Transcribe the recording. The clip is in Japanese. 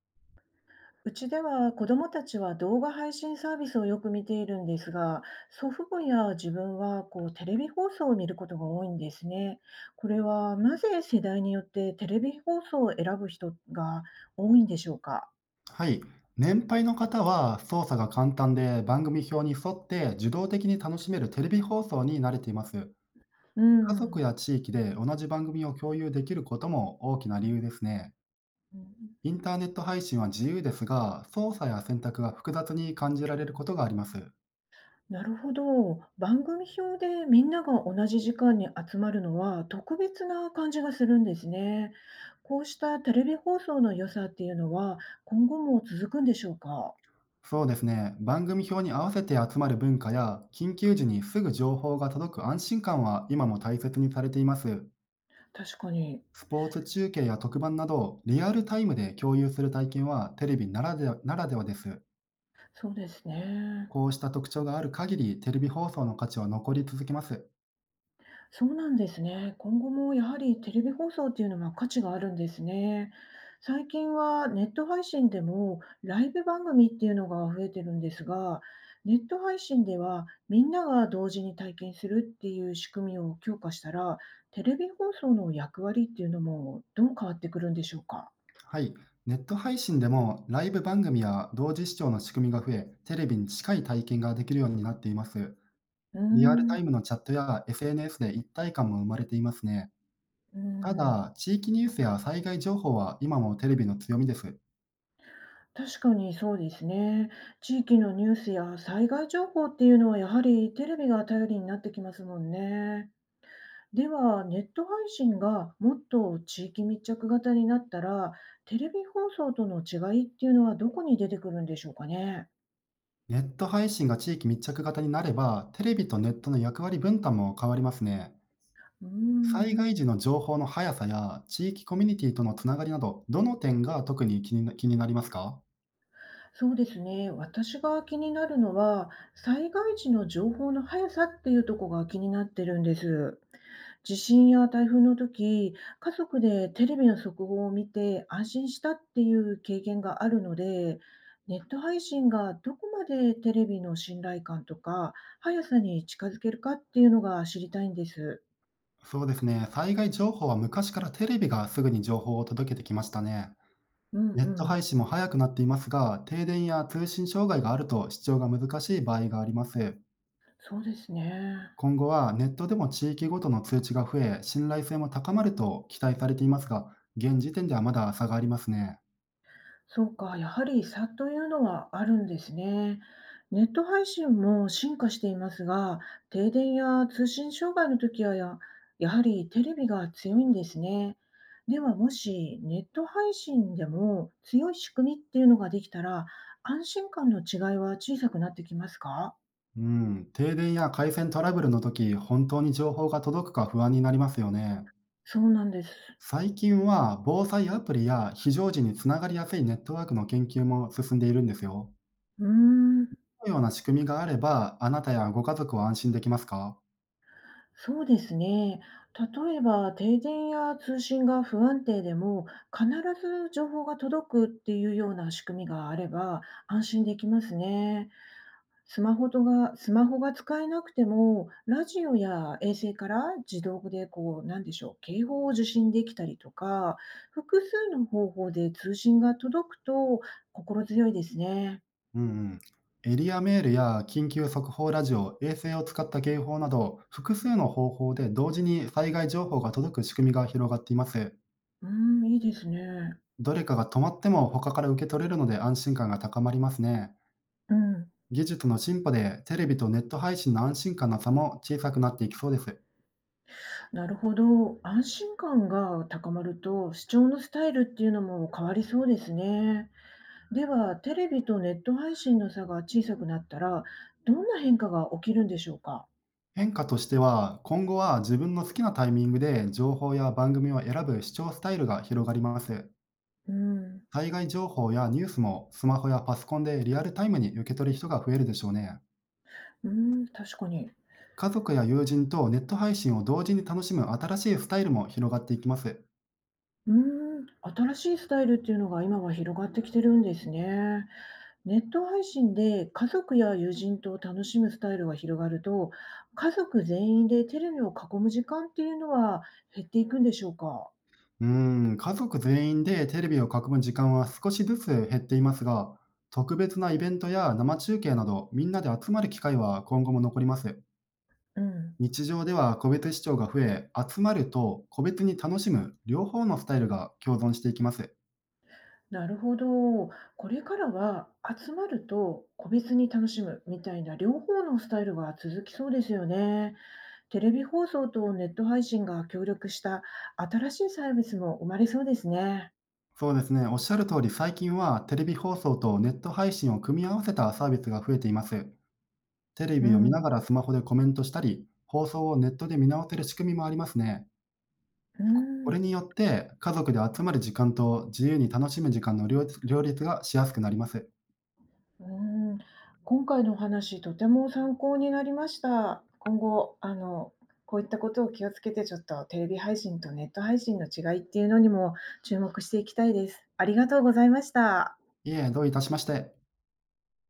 うちでは子どもたちは動画配信サービスをよく見ているんですが、祖父母や自分はこうテレビ放送を見ることが多いんですね。これはなぜ世代によってテレビ放送を選ぶ人が多いんでしょうか。はい。年配の方は操作が簡単で番組表に沿って自動的に楽しめるテレビ放送に慣れています。う家ん、族や地域で同じ番組を共有できることも大きな理由ですね。うん、インターネット配信は自由ですが、操作や選択が複雑に感じられることがあります。なるほど。番組表でみんなが同じ時間に集まるのは特別な感じがするんですね。こうしたテレビ放送の良さっていうのは今後も続くんでしょうか。そうですね。番組表に合わせて集まる文化や、緊急時にすぐ情報が届く安心感は今も大切にされています。確かに。スポーツ中継や特番などをリアルタイムで共有する体験はテレビならではです。そうですね。こうした特徴がある限り、テレビ放送の価値は残り続けます。そうなんですね。今後もやはりテレビ放送っていうのは価値があるんですね。最近はネット配信でもライブ番組っていうのが増えてるんですが、ネット配信ではみんなが同時に体験するっていう仕組みを強化したら、テレビ放送の役割っていうのもどう変わってくるんでしょうか。はい。ネット配信でもライブ番組や同時視聴の仕組みが増え、テレビに近い体験ができるようになっています。うーリアルタん、イムのチャットや SNS で一体感も生まれていますね。うーたん。だ、地域ニュースや災害情報は今もテレビの強みです。確かにそうですね。地域のニュースや災害情報っていうのはやはりテレビが頼りになってきますもんね。では、ネット配信がもっと地域密着型になったら、テレビ放送との違いっていうのはどこに出てくるんでしょうかね。ネット配信が地域密着型になれば、テレビとネットの役割分担も変わりますね。うー災害ん、時の情報の速さや地域コミュニティとのつながりなど、どの点が特に気になりますか？そうですね。私が気になるのは、災害時の情報の速さっていうところが気になってるんです。地震や台風の時、家族でテレビの速報を見て安心したっていう経験があるので、ネット配信がどこまでテレビの信頼感とか速さに近づけるかっていうのが知りたいんです。そうですね。災害情報は昔からテレビがすぐに情報を届けてきましたね。うんネうット配ん、信も早くなっていますが、停電や通信障害があると視聴が難しい場合があります。そうですね。今後はネットでも地域ごとの通知が増え、信頼性も高まると期待されていますが、現時点ではまだ差がありますね。そうか、やはり差というのはあるんですね。ネット配信も進化していますが、停電や通信障害の時はやはりテレビが強いんですね。ではもしネット配信でも強い仕組みっていうのができたら、安心感の違いは小さくなってきますか？うん、停電や回線トラブルの時、本当に情報が届くか不安になりますよね。そうなんです。最近は防災アプリや非常時につながりやすいネットワークの研究も進んでいるんですよ。うーん。このような仕組みがあれば、あなたやご家族は安心できますか？そうですね。例えば、停電や通信が不安定でも、必ず情報が届くっていうような仕組みがあれば、安心できますね。スマホが使えなくても、ラジオや衛星から自動でこう、なんでしょう、警報を受信できたりとか、複数の方法で通信が届くと心強いですね。うんうん。エリアメールや緊急速報ラジオ、衛星を使った警報など、複数の方法で同時に災害情報が届く仕組みが広がっています。うん、いいですね。どれかが止まっても他から受け取れるので、安心感が高まりますね。うん。技術の進歩で、テレビとネット配信の安心感の差も小さくなっていきそうです。なるほど。安心感が高まると、視聴のスタイルっていうのも変わりそうですね。では、テレビとネット配信の差が小さくなったら、どんな変化が起きるんでしょうか？変化としては、今後は自分の好きなタイミングで情報や番組を選ぶ視聴スタイルが広がります。うん、災害情報やニュースもスマホやパソコンでリアルタイムに受け取る人が増えるでしょうね。うん、確かに。家族や友人とネット配信を同時に楽しむ新しいスタイルも広がっていきます。うん、新しいスタイルっていうのが今は広がってきてるんですね。ネット配信で家族や友人と楽しむスタイルが広がると、家族全員でテレビを囲む時間っていうのは減っていくんでしょうか？うー家族全員でテレビを囲む時間は少しずつ減っていますが、特別なイベントや生中継など、みんなで集まる機会は今後も残ります。うん。日常では個別視聴が増え、集まると個別に楽しむ両方のスタイルが共存していきます。なるほど。これからは集まると個別に楽しむみたいな両方のスタイルが続きそうですよね。テレビ放送とネット配信が協力した新しいサービスも生まれそうですね。そうですね、おっしゃる通り、最近はテレビ放送とネット配信を組み合わせたサービスが増えています。テレうビを見ん、なうがらスマホでコメントしたり、放送をネットで見直せる仕組みもありますね。こん、れによって、家族で集まる時間と自由に楽しむ時間の両立がしやすくなります。うん。今回のお話とても参考になりました。今後、こういったことを気をつけてちょっとテレビ配信とネット配信の違いっていうのにも注目していきたいです。ありがとうございました。いえ、どういたしまして。